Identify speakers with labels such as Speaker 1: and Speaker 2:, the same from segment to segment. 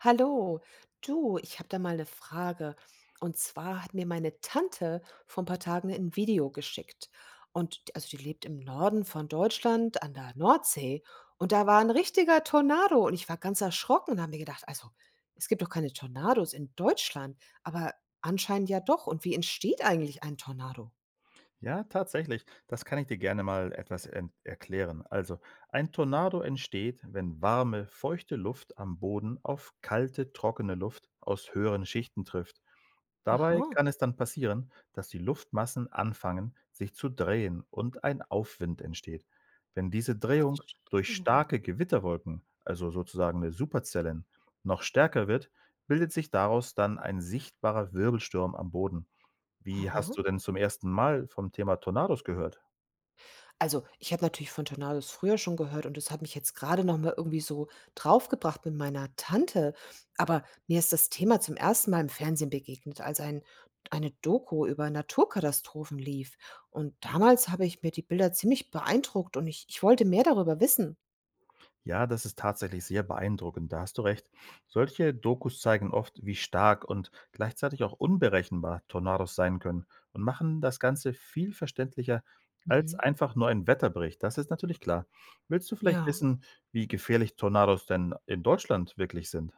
Speaker 1: Hallo, du, ich habe da mal eine Frage. Und zwar hat mir meine Tante vor ein paar Tagen ein Video geschickt. Und d also, die lebt im Norden von Deutschland an der Nordsee. Und da war ein richtiger Tornado und ich war ganz erschrocken und habe mir gedacht: „Also, es gibt doch keine Tornados in Deutschland“, aber anscheinend ja doch. Und wie entsteht eigentlich ein Tornado?
Speaker 2: Ja, tatsächlich. Das kann ich dir gerne mal etwas erklären. Also, ein Tornado entsteht, wenn warme, feuchte Luft am Boden auf kalte, trockene Luft aus höheren Schichten trifft. Dabei
Speaker 1: Aha,
Speaker 2: kann es dann passieren, dass die Luftmassen anfangen, sich zu drehen und ein Aufwind entsteht. Wenn diese
Speaker 1: ah,
Speaker 2: Drehung durch
Speaker 1: verstehe.
Speaker 2: starke Gewitterwolken, also sozusagen eine Superzellen, noch stärker wird, bildet sich daraus dann ein sichtbarer Wirbelsturm am Boden. Wie hast
Speaker 1: Aha.
Speaker 2: du denn zum ersten Mal vom Thema Tornados gehört?
Speaker 1: Also, ich habe natürlich von Tornados früher schon gehört und das hat mich jetzt gerade noch mal irgendwie so draufgebracht mit meiner Tante. Aber mir ist das Thema zum ersten Mal im Fernsehen begegnet, als eine Doku über Naturkatastrophen lief. Und damals habe ich mir die Bilder ziemlich beeindruckt und ich wollte mehr darüber wissen.
Speaker 2: Ja, das ist tatsächlich sehr beeindruckend, da hast du recht. Solche Dokus zeigen oft, wie stark und gleichzeitig auch unberechenbar Tornados sein können und machen das Ganze viel verständlicher als
Speaker 1: Mhm.
Speaker 2: einfach nur ein Wetterbericht. Das ist natürlich klar. Willst du vielleicht
Speaker 1: Ja.
Speaker 2: wissen, wie gefährlich Tornados denn in Deutschland wirklich sind?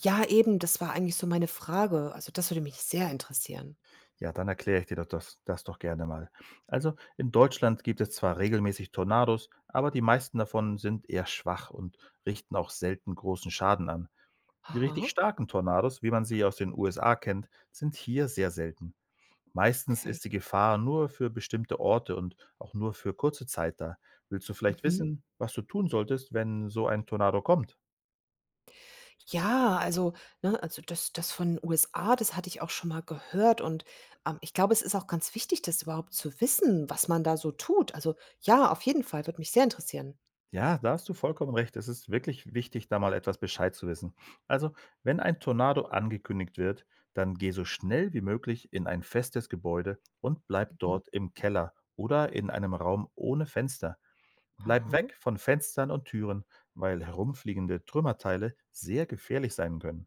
Speaker 1: Ja, eben, das war eigentlich so meine Frage. Also, das würde mich sehr interessieren.
Speaker 2: Ja, dann erkläre ich dir doch das doch gerne mal. Also in Deutschland gibt es zwar regelmäßig Tornados, aber die meisten davon sind eher schwach und richten auch selten großen Schaden an. Die richtig
Speaker 1: Aha,
Speaker 2: starken Tornados, wie man sie aus den USA kennt, sind hier sehr selten. Meistens
Speaker 1: okay.
Speaker 2: ist die Gefahr nur für bestimmte Orte und auch nur für kurze Zeit da. Willst du vielleicht
Speaker 1: Mhm.
Speaker 2: wissen, was du tun solltest, wenn so ein Tornado kommt?
Speaker 1: Ja, also, ne, also das von USA, das hatte ich auch schon mal gehört und, ich glaube, es ist auch ganz wichtig, das überhaupt zu wissen, was man da so tut. Also, ja, auf jeden Fall, würde mich sehr interessieren.
Speaker 2: Ja, da hast du vollkommen recht. Es ist wirklich wichtig, da mal etwas Bescheid zu wissen. Also, wenn ein Tornado angekündigt wird, dann geh so schnell wie möglich in ein festes Gebäude und bleib
Speaker 1: Mhm.
Speaker 2: dort im Keller oder in einem Raum ohne Fenster. Bleib
Speaker 1: Aha,
Speaker 2: weg von Fenstern und Türen, weil herumfliegende Trümmerteile sehr gefährlich sein können.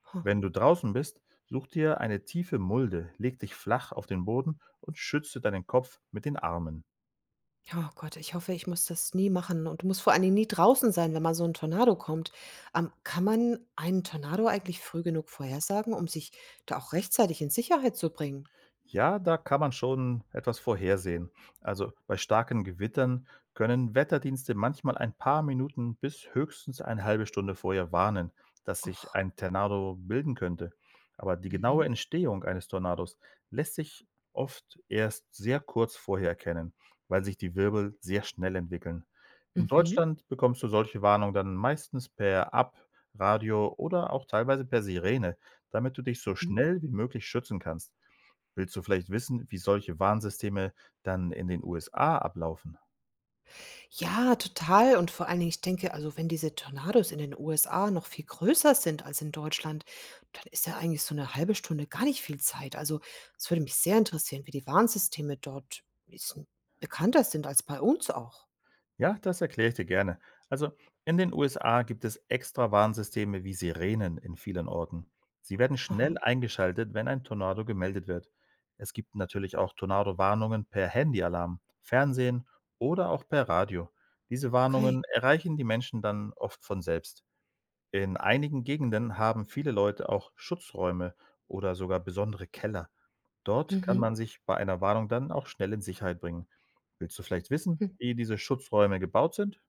Speaker 1: ha.
Speaker 2: Wenn du draußen bist, such dir eine tiefe Mulde, leg dich flach auf den Boden und schütze deinen Kopf mit den Armen.
Speaker 1: Oh Gott, ich hoffe, ich muss das nie machen und muss vor allen Dingen nie draußen sein, wenn mal so ein Tornado kommt. Kann man einen Tornado eigentlich früh genug vorhersagen, um sich da auch rechtzeitig in Sicherheit zu bringen?
Speaker 2: Ja, da kann man schon etwas vorhersehen. Also bei starken Gewittern können Wetterdienste manchmal ein paar Minuten bis höchstens eine halbe Stunde vorher warnen, dass sich
Speaker 1: Och.
Speaker 2: ein Tornado bilden könnte. Aber die
Speaker 1: Mhm.
Speaker 2: genaue Entstehung eines Tornados lässt sich oft erst sehr kurz vorher erkennen, weil sich die Wirbel sehr schnell entwickeln. In
Speaker 1: Mhm.
Speaker 2: Deutschland bekommst du solche Warnungen dann meistens per App, Radio oder auch teilweise per Sirene, damit du dich so
Speaker 1: Mhm.
Speaker 2: schnell wie möglich schützen kannst. Willst du vielleicht wissen, wie solche Warnsysteme dann in den USA ablaufen?
Speaker 1: Ja, total. Und vor allen Dingen, ich denke, also wenn diese Tornados in den USA noch viel größer sind als in Deutschland, dann ist ja eigentlich so eine halbe Stunde gar nicht viel Zeit. Also, es würde mich sehr interessieren, wie die Warnsysteme dort ein bisschen bekannter sind als bei uns auch.
Speaker 2: Ja, das erkläre ich dir gerne. Also in den USA gibt es extra Warnsysteme wie Sirenen in vielen Orten. Sie werden
Speaker 1: Aha,
Speaker 2: schnell eingeschaltet, wenn ein Tornado gemeldet wird. Es gibt natürlich auch Tornado-Warnungen per Handyalarm, Fernsehen oder auch per Radio. Diese
Speaker 1: okay.
Speaker 2: Warnungen erreichen die Menschen dann oft von selbst. In einigen Gegenden haben viele Leute auch Schutzräume oder sogar besondere Keller. Dort kann
Speaker 1: Mhm.
Speaker 2: man sich bei einer Warnung dann auch schnell in Sicherheit bringen. Willst du vielleicht wissen,
Speaker 1: Hm.
Speaker 2: wie diese Schutzräume gebaut sind?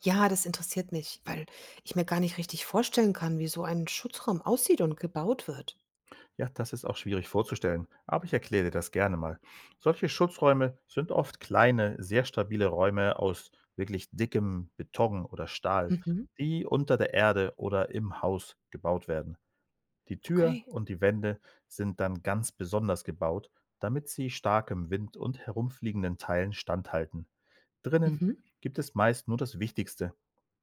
Speaker 1: Ja, das interessiert mich, weil ich mir gar nicht richtig vorstellen kann, wie so ein Schutzraum aussieht und gebaut wird.
Speaker 2: Ja, das ist auch schwierig vorzustellen, aber ich erkläre dir das gerne mal. Solche Schutzräume sind oft kleine, sehr stabile Räume aus wirklich dickem Beton oder Stahl,
Speaker 1: Mhm.
Speaker 2: die unter der Erde oder im Haus gebaut werden. Die Tür
Speaker 1: Okay.
Speaker 2: und die Wände sind dann ganz besonders gebaut, damit sie starkem Wind und herumfliegenden Teilen standhalten. Drinnen
Speaker 1: Mhm.
Speaker 2: gibt es meist nur das Wichtigste,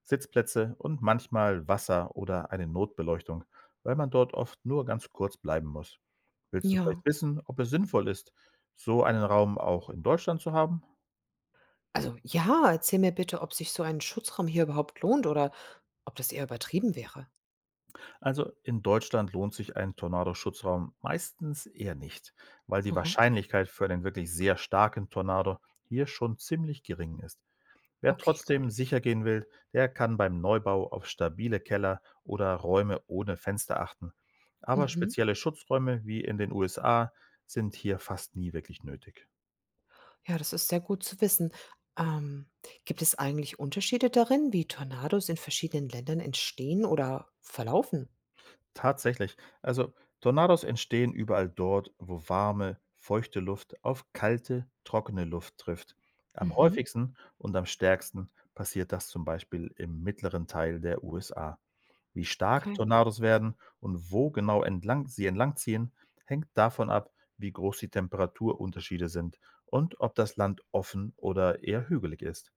Speaker 2: Sitzplätze und manchmal Wasser oder eine Notbeleuchtung, weil man dort oft nur ganz kurz bleiben muss. Willst du
Speaker 1: Ja.
Speaker 2: vielleicht wissen, ob es sinnvoll ist, so einen Raum auch in Deutschland zu haben?
Speaker 1: Also ja, erzähl mir bitte, ob sich so ein Schutzraum hier überhaupt lohnt oder ob das eher übertrieben wäre.
Speaker 2: Also in Deutschland lohnt sich ein Tornadoschutzraum meistens eher nicht, weil die
Speaker 1: Aha,
Speaker 2: Wahrscheinlichkeit für einen wirklich sehr starken Tornado hier schon ziemlich gering ist. Wer
Speaker 1: okay, gut.
Speaker 2: trotzdem sicher gehen will, der kann beim Neubau auf stabile Keller oder Räume ohne Fenster achten. Aber
Speaker 1: Mhm.
Speaker 2: spezielle Schutzräume wie in den USA sind hier fast nie wirklich nötig.
Speaker 1: Ja, das ist sehr gut zu wissen. Ähm, Gibt es eigentlich Unterschiede darin, wie Tornados in verschiedenen Ländern entstehen oder verlaufen?
Speaker 2: Tatsächlich. Also, Tornados entstehen überall dort, wo warme, feuchte Luft auf kalte, trockene Luft trifft. Am
Speaker 1: Mhm.
Speaker 2: häufigsten und am stärksten passiert das zum Beispiel im mittleren Teil der USA. Wie stark
Speaker 1: Okay.
Speaker 2: Tornados werden und wo genau entlang sie entlangziehen, hängt davon ab, wie groß die Temperaturunterschiede sind und ob das Land offen oder eher hügelig ist.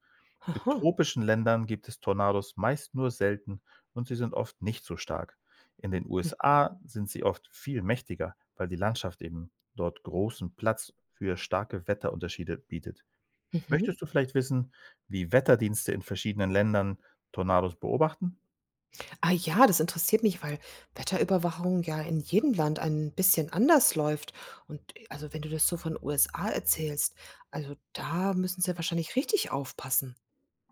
Speaker 2: In
Speaker 1: Aha.
Speaker 2: tropischen Ländern gibt es Tornados meist nur selten und sie sind oft nicht so stark. In den
Speaker 1: Hm,
Speaker 2: USA sind sie oft viel mächtiger, weil die Landschaft eben dort großen Platz für starke Wetterunterschiede bietet.
Speaker 1: mhm.
Speaker 2: Möchtest du vielleicht wissen, wie Wetterdienste in verschiedenen Ländern Tornados beobachten?
Speaker 1: Ah ja, das interessiert mich, weil Wetterüberwachung ja in jedem Land ein bisschen anders läuft. Und also wenn du das so von USA erzählst, also da müssen sie wahrscheinlich richtig aufpassen.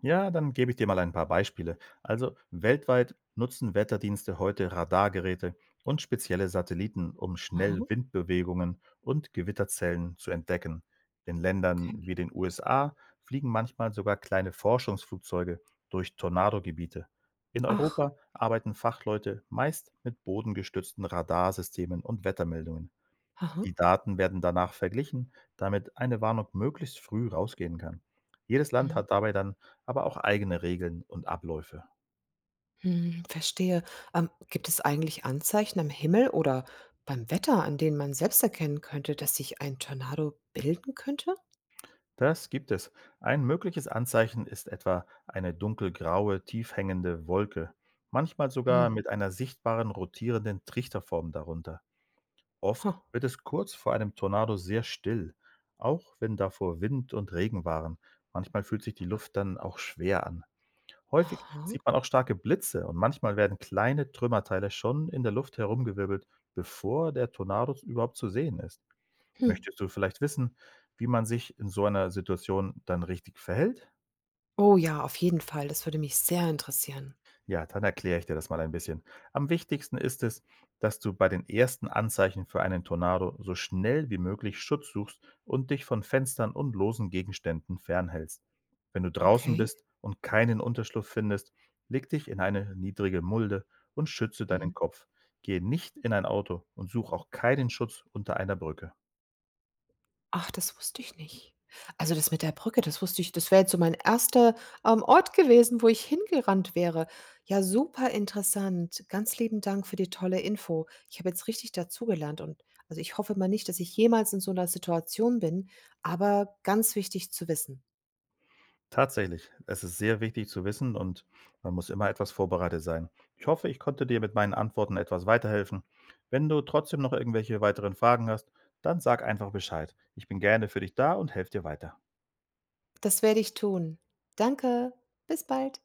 Speaker 2: Ja, dann gebe ich dir mal ein paar Beispiele. Also weltweit nutzen Wetterdienste heute Radargeräte und spezielle Satelliten, um
Speaker 1: Aha,
Speaker 2: schnell Windbewegungen und Gewitterzellen zu entdecken. In Ländern
Speaker 1: okay.
Speaker 2: wie den USA fliegen manchmal sogar kleine Forschungsflugzeuge durch Tornadogebiete. In
Speaker 1: Ach,
Speaker 2: Europa arbeiten Fachleute meist mit bodengestützten Radarsystemen und Wettermeldungen.
Speaker 1: aha.
Speaker 2: Die Daten werden danach verglichen, damit eine Warnung möglichst früh rausgehen kann. Jedes Land
Speaker 1: Mhm.
Speaker 2: hat dabei dann aber auch eigene Regeln und Abläufe.
Speaker 1: Mhm, verstehe. Gibt es eigentlich Anzeichen am Himmel oder beim Wetter, an denen man selbst erkennen könnte, dass sich ein Tornado bilden könnte?
Speaker 2: Das gibt es. Ein mögliches Anzeichen ist etwa eine dunkelgraue, tief hängende Wolke, manchmal sogar
Speaker 1: Mhm.
Speaker 2: mit einer sichtbaren rotierenden Trichterform darunter. Oft
Speaker 1: Ha.
Speaker 2: wird es kurz vor einem Tornado sehr still, auch wenn davor Wind und Regen waren. Manchmal fühlt sich die Luft dann auch schwer an. Häufig
Speaker 1: Aha.
Speaker 2: sieht man auch starke Blitze und manchmal werden kleine Trümmerteile schon in der Luft herumgewirbelt, bevor der Tornado überhaupt zu sehen ist.
Speaker 1: Hm.
Speaker 2: Möchtest du vielleicht wissen, wie man sich in so einer Situation dann richtig verhält?
Speaker 1: Oh ja, auf jeden Fall. Das würde mich sehr interessieren.
Speaker 2: Ja, dann erkläre ich dir das mal ein bisschen. Am wichtigsten ist es, dass du bei den ersten Anzeichen für einen Tornado so schnell wie möglich Schutz suchst und dich von Fenstern und losen Gegenständen fernhältst. Wenn du draußen
Speaker 1: Okay.
Speaker 2: bist und keinen Unterschlupf findest, leg dich in eine niedrige Mulde und schütze deinen
Speaker 1: Mhm.
Speaker 2: Kopf. Gehe nicht in ein Auto und such auch keinen Schutz unter einer Brücke.
Speaker 1: Ach, das wusste ich nicht. Also, das mit der Brücke, das wusste ich, das wäre jetzt so mein erster Ort gewesen, wo ich hingerannt wäre. Ja, super interessant. Ganz lieben Dank für die tolle Info. Ich habe jetzt richtig dazugelernt und also, ich hoffe mal nicht, dass ich jemals in so einer Situation bin, aber ganz wichtig zu wissen.
Speaker 2: Tatsächlich, es ist sehr wichtig zu wissen und man muss immer etwas vorbereitet sein. Ich hoffe, ich konnte dir mit meinen Antworten etwas weiterhelfen. Wenn du trotzdem noch irgendwelche weiteren Fragen hast, dann sag einfach Bescheid. Ich bin gerne für dich da und helfe dir weiter.
Speaker 1: Das werde ich tun. Danke. Bis bald.